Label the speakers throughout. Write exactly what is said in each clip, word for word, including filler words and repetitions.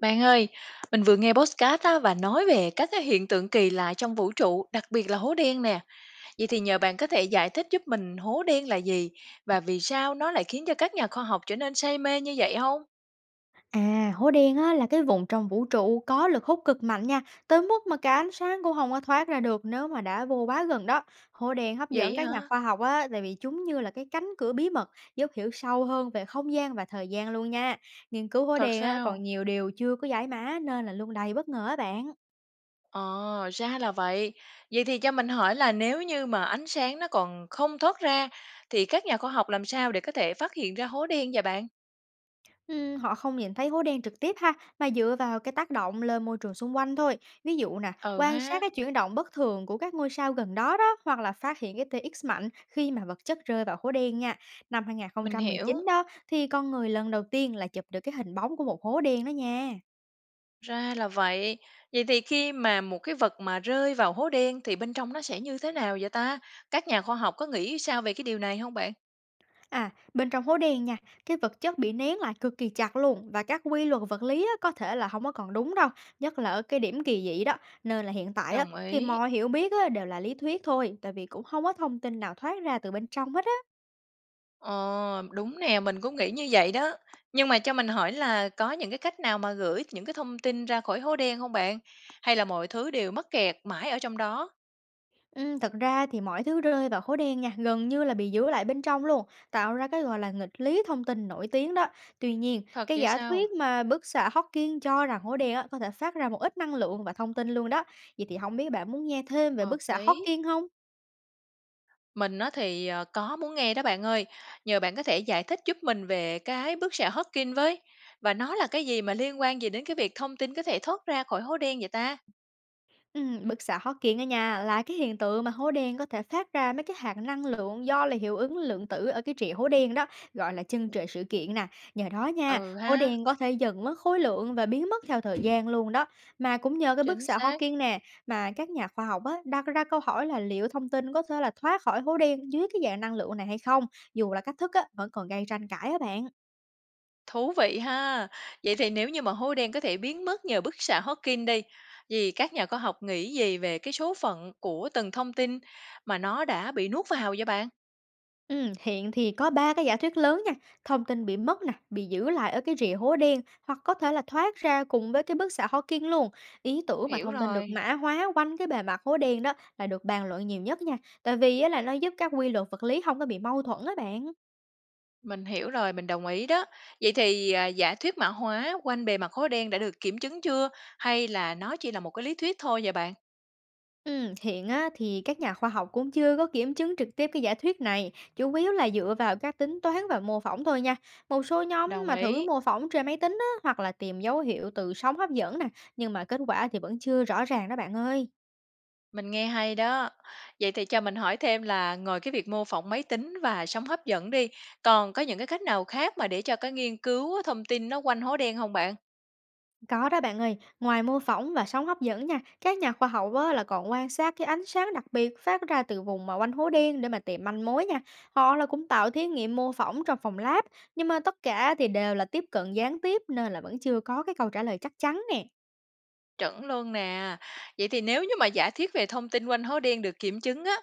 Speaker 1: Bạn ơi, mình vừa nghe podcast á và nói về các cái hiện tượng kỳ lạ trong vũ trụ, đặc biệt là hố đen nè. Vậy thì nhờ bạn có thể giải thích giúp mình hố đen là gì và vì sao nó lại khiến cho các nhà khoa học trở nên say mê như vậy không?
Speaker 2: À, hố đen á, là cái vùng trong vũ trụ có lực hút cực mạnh nha, tới mức mà cả ánh sáng cũng không có thoát ra được nếu mà đã vô quá gần đó. Hố đen hấp dẫn
Speaker 1: Vậy
Speaker 2: các nhà
Speaker 1: hả?
Speaker 2: khoa học á, tại vì chúng như là cái cánh cửa bí mật giúp hiểu sâu hơn về không gian và thời gian luôn nha. Nghiên cứu hố
Speaker 1: Thật
Speaker 2: đen á,
Speaker 1: sao?
Speaker 2: còn nhiều điều chưa có giải mã nên là luôn đầy bất ngờ á bạn.
Speaker 1: Ờ, ra là vậy. Vậy thì cho mình hỏi là nếu như mà ánh sáng nó còn không thoát ra thì các nhà khoa học làm sao để có thể phát hiện ra hố đen vậy bạn?
Speaker 2: Ừm, họ không nhìn thấy hố đen trực tiếp ha, mà dựa vào cái tác động lên môi trường xung quanh thôi. Ví dụ nè,
Speaker 1: Ừ
Speaker 2: quan sát
Speaker 1: ha,
Speaker 2: cái chuyển động bất thường của các ngôi sao gần đó đó, hoặc là phát hiện cái tê ích mạnh khi mà vật chất rơi vào hố đen nha. Năm hai không
Speaker 1: mình
Speaker 2: một
Speaker 1: hiểu.
Speaker 2: chín đó, thì con người lần đầu tiên là chụp được cái hình bóng của một hố đen đó nha.
Speaker 1: Ra là vậy. Vậy thì khi mà một cái vật mà rơi vào hố đen thì bên trong nó sẽ như thế nào vậy ta? Các nhà khoa học có nghĩ sao về cái điều này không bạn?
Speaker 2: À, bên trong hố đen nha, cái vật chất bị nén lại cực kỳ chặt luôn và các quy luật vật lý á, có thể là không có còn đúng đâu, nhất là ở cái điểm kỳ dị đó. Nên là hiện tại á,
Speaker 1: Đồng
Speaker 2: thì
Speaker 1: ý.
Speaker 2: mọi hiểu biết á, đều là lý thuyết thôi, tại vì cũng không có thông tin nào thoát ra từ bên trong hết á.
Speaker 1: Ờ, đúng nè, mình cũng nghĩ như vậy đó. Nhưng mà cho mình hỏi là có những cái cách nào mà gửi những cái thông tin ra khỏi hố đen không bạn? Hay là mọi thứ đều mắc kẹt mãi ở trong đó?
Speaker 2: Ừ, thật ra thì mọi thứ rơi vào hố đen nha, gần như là bị giữ lại bên trong luôn, tạo ra cái gọi là nghịch lý thông tin nổi tiếng đó. Tuy nhiên,
Speaker 1: Thật
Speaker 2: cái
Speaker 1: vậy
Speaker 2: giả
Speaker 1: sao?
Speaker 2: thuyết mà bức xạ Hawking cho rằng hố đen á, có thể phát ra một ít năng lượng và thông tin luôn đó. Vậy thì không biết bạn muốn nghe thêm về
Speaker 1: Hợp
Speaker 2: bức xạ
Speaker 1: lý.
Speaker 2: Hawking không?
Speaker 1: Mình nó thì, ờ, có muốn nghe đó bạn ơi. Nhờ bạn có thể giải thích giúp mình về cái bức xạ Hawking với, và nó là cái gì mà liên quan gì đến cái việc thông tin có thể thoát ra khỏi hố đen vậy ta?
Speaker 2: Ừm, bức xạ Hawking ở nhà là cái hiện tượng mà hố đen có thể phát ra mấy cái hạt năng lượng do là hiệu ứng lượng tử ở cái trị hố đen đó, gọi là chân trời sự kiện nè. Nhờ đó nha,
Speaker 1: Ừ
Speaker 2: hố
Speaker 1: ha,
Speaker 2: đen có thể dần mất khối lượng và biến mất theo thời gian luôn đó. Mà cũng nhờ cái bức
Speaker 1: chính
Speaker 2: xạ
Speaker 1: xác,
Speaker 2: Hawking nè, mà các nhà khoa học á, đặt ra câu hỏi là liệu thông tin có thể là thoát khỏi hố đen dưới cái dạng năng lượng này hay không, dù là cách thức á, vẫn còn gây tranh cãi á bạn.
Speaker 1: thú vị ha. Vậy thì nếu như mà hố đen có thể biến mất nhờ bức xạ Hawking đi, thì các nhà khoa học nghĩ gì về cái số phận của từng thông tin mà nó đã bị nuốt vào vậy bạn?
Speaker 2: Ừm, hiện thì có ba cái giả thuyết lớn nha, thông tin bị mất nè, bị giữ lại ở cái rìa hố đen hoặc có thể là thoát ra cùng với cái bức xạ Hawking luôn. Ý tưởng mà
Speaker 1: Hiểu
Speaker 2: thông tin được
Speaker 1: rồi.
Speaker 2: mã hóa quanh cái bề mặt hố đen đó là được bàn luận nhiều nhất nha, tại vì á là nó giúp các quy luật vật lý không có bị mâu thuẫn á bạn.
Speaker 1: Mình hiểu rồi, mình đồng ý đó. Vậy thì, à, giả thuyết mã hóa quanh bề mặt hố đen đã được kiểm chứng chưa? Hay là nó chỉ là một cái lý thuyết thôi vậy bạn?
Speaker 2: Ừm, hiện á, thì các nhà khoa học cũng chưa có kiểm chứng trực tiếp cái giả thuyết này, chủ yếu là dựa vào các tính toán và mô phỏng thôi nha. Một số nhóm
Speaker 1: Đồng
Speaker 2: mà thử
Speaker 1: ý,
Speaker 2: mô phỏng trên máy tính á, hoặc là tìm dấu hiệu từ sóng hấp dẫn nè, nhưng mà kết quả thì vẫn chưa rõ ràng đó bạn ơi.
Speaker 1: mình nghe hay đó. Vậy thì cho mình hỏi thêm là ngoài cái việc mô phỏng máy tính và sóng hấp dẫn đi, còn có những cái cách nào khác mà để cho cái nghiên cứu thông tin nó quanh hố đen không bạn?
Speaker 2: Có đó bạn ơi, ngoài mô phỏng và sóng hấp dẫn nha, các nhà khoa học á, là còn quan sát cái ánh sáng đặc biệt phát ra từ vùng mà quanh hố đen để mà tìm manh mối nha. Họ là cũng tạo thí nghiệm mô phỏng trong phòng lab, nhưng mà tất cả thì đều là tiếp cận gián tiếp nên là vẫn chưa có cái câu trả lời chắc chắn nè.
Speaker 1: Chuẩn luôn nè. Vậy thì nếu như mà giả thuyết về thông tin quanh hố đen được kiểm chứng á,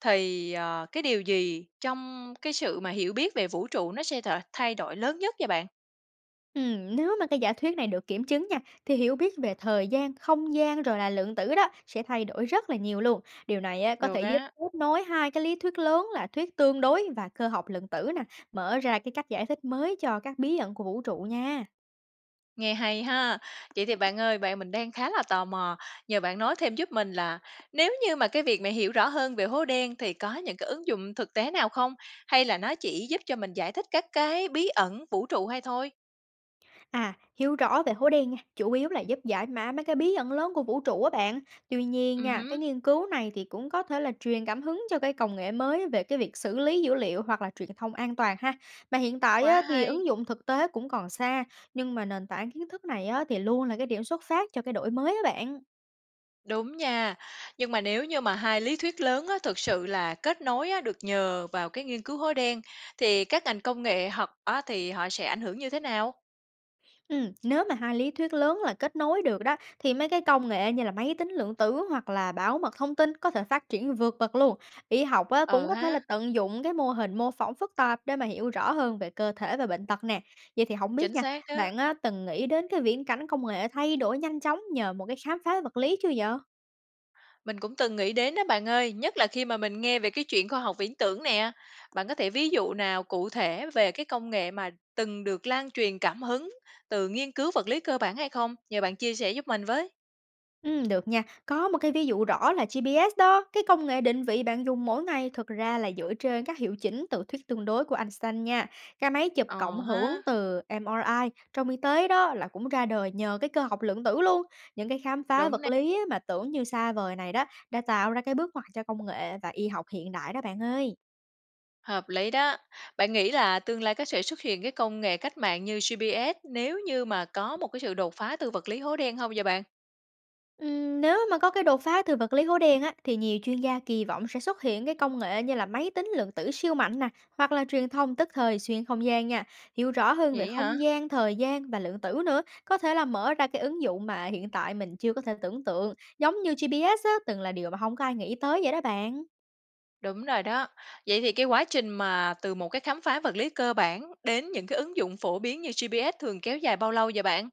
Speaker 1: thì, ờ, cái điều gì trong cái sự mà hiểu biết về vũ trụ nó sẽ th thay đổi lớn nhất vậy bạn?
Speaker 2: Ừm, nếu mà cái giả thuyết này được kiểm chứng nha, thì hiểu biết về thời gian, không gian rồi là lượng tử đó sẽ thay đổi rất là nhiều luôn. Điều này á, có
Speaker 1: Được
Speaker 2: thể giúp
Speaker 1: á,
Speaker 2: kết nối hai cái lý thuyết lớn là thuyết tương đối và cơ học lượng tử nè, mở ra cái cách giải thích mới cho các bí ẩn của vũ trụ nha.
Speaker 1: nghe hay ha. Vậy thì bạn ơi, bạn mình đang khá là tò mò, nhờ bạn nói thêm giúp mình là nếu như mà cái việc mà hiểu rõ hơn về hố đen thì có những cái ứng dụng thực tế nào không? Hay là nó chỉ giúp cho mình giải thích các cái bí ẩn vũ trụ hay thôi?
Speaker 2: À, hiểu rõ về hố đen nha, chủ yếu là giúp giải mã mấy cái bí ẩn lớn của vũ trụ á bạn. Tuy nhiên
Speaker 1: Ừ
Speaker 2: nha, cái
Speaker 1: hứ,
Speaker 2: nghiên cứu này thì cũng có thể là truyền cảm hứng cho cái công nghệ mới về cái việc xử lý dữ liệu hoặc là truyền thông an toàn ha. Mà hiện tại á,
Speaker 1: quá
Speaker 2: thì ứng
Speaker 1: hay.
Speaker 2: dụng thực tế cũng còn xa, nhưng mà nền tảng kiến thức này á, thì luôn là cái điểm xuất phát cho cái đổi mới á bạn.
Speaker 1: Đúng nha. Nhưng mà nếu như mà hai lý thuyết lớn á, thực sự là kết nối á, được nhờ vào cái nghiên cứu hố đen thì các ngành công nghệ học á, thì họ sẽ ảnh hưởng như thế nào?
Speaker 2: Ừm, nếu mà hai lý thuyết lớn là kết nối được đó thì mấy cái công nghệ như là máy tính lượng tử hoặc là bảo mật thông tin có thể phát triển vượt bậc luôn. Y học á, cũng
Speaker 1: Ừ
Speaker 2: có
Speaker 1: ha,
Speaker 2: thể là tận dụng cái mô hình mô phỏng phức tạp để mà hiểu rõ hơn về cơ thể và bệnh tật nè. Vậy thì không biết
Speaker 1: chính
Speaker 2: nha,
Speaker 1: xác đó.
Speaker 2: bạn á, từng nghĩ đến cái viễn cảnh công nghệ thay đổi nhanh chóng nhờ một cái khám phá vật lý chưa vậy?
Speaker 1: Mình cũng từng nghĩ đến đó bạn ơi, nhất là khi mà mình nghe về cái chuyện khoa học viễn tưởng nè. Bạn có thể ví dụ nào cụ thể về cái công nghệ mà từng được lan truyền cảm hứng từ nghiên cứu vật lý cơ bản hay không? Nhờ bạn chia sẻ giúp mình với.
Speaker 2: Ừm, được nha. Có một cái ví dụ rõ là giê pê ét đó, cái công nghệ định vị bạn dùng mỗi ngày thực ra là dựa trên các hiệu chỉnh từ thuyết tương đối của Einstein nha. Cái máy chụp cộng
Speaker 1: Ờ ha,
Speaker 2: hưởng từ em a i trong y tế đó là cũng ra đời nhờ cái cơ học lượng tử luôn. Những cái khám phá
Speaker 1: đúng
Speaker 2: vật
Speaker 1: nè,
Speaker 2: lý á mà tưởng như xa vời này đó đã tạo ra cái bước ngoặt cho công nghệ và y học hiện đại đó bạn ơi.
Speaker 1: hợp lý đó. Bạn nghĩ là tương lai có sẽ xuất hiện cái công nghệ cách mạng như giê pê ét nếu như mà có một cái sự đột phá từ vật lý hố đen không vậy bạn?
Speaker 2: Ừm, nếu mà có cái đột phá từ vật lý hố đen á, thì nhiều chuyên gia kỳ vọng sẽ xuất hiện cái công nghệ như là máy tính lượng tử siêu mạnh nè, hoặc là truyền thông tức thời xuyên không gian nha. Hiểu rõ hơn về
Speaker 1: Vậy hả?
Speaker 2: không gian, thời gian và lượng tử nữa, có thể là mở ra cái ứng dụng mà hiện tại mình chưa có thể tưởng tượng, giống như giê pê ét á, từng là điều mà không có ai nghĩ tới vậy đó bạn.
Speaker 1: Đúng rồi đó. Vậy thì cái quá trình mà từ một cái khám phá vật lý cơ bản đến những cái ứng dụng phổ biến như giê pê ét thường kéo dài bao lâu vậy bạn?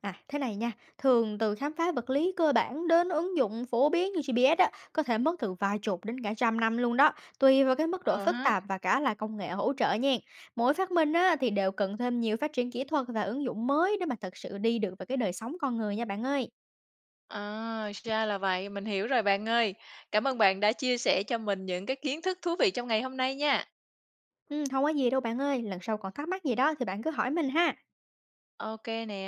Speaker 2: À, thế này nha, thường từ khám phá vật lý cơ bản đến ứng dụng phổ biến như giê pê ét á, có thể mất từ vài chục đến cả trăm năm luôn đó, tùy vào cái mức độ
Speaker 1: Ờ
Speaker 2: phức
Speaker 1: ha.
Speaker 2: tạp và cả là công nghệ hỗ trợ nha. Mỗi phát minh á, thì đều cần thêm nhiều phát triển kỹ thuật và ứng dụng mới để mà thật sự đi được vào cái đời sống con người nha bạn ơi.
Speaker 1: À, ra là vậy, mình hiểu rồi bạn ơi. Cảm ơn bạn đã chia sẻ cho mình những cái kiến thức thú vị trong ngày hôm nay nha.
Speaker 2: Ừ, không có gì đâu bạn ơi, lần sau còn thắc mắc gì đó thì bạn cứ hỏi mình ha.
Speaker 1: OK nè.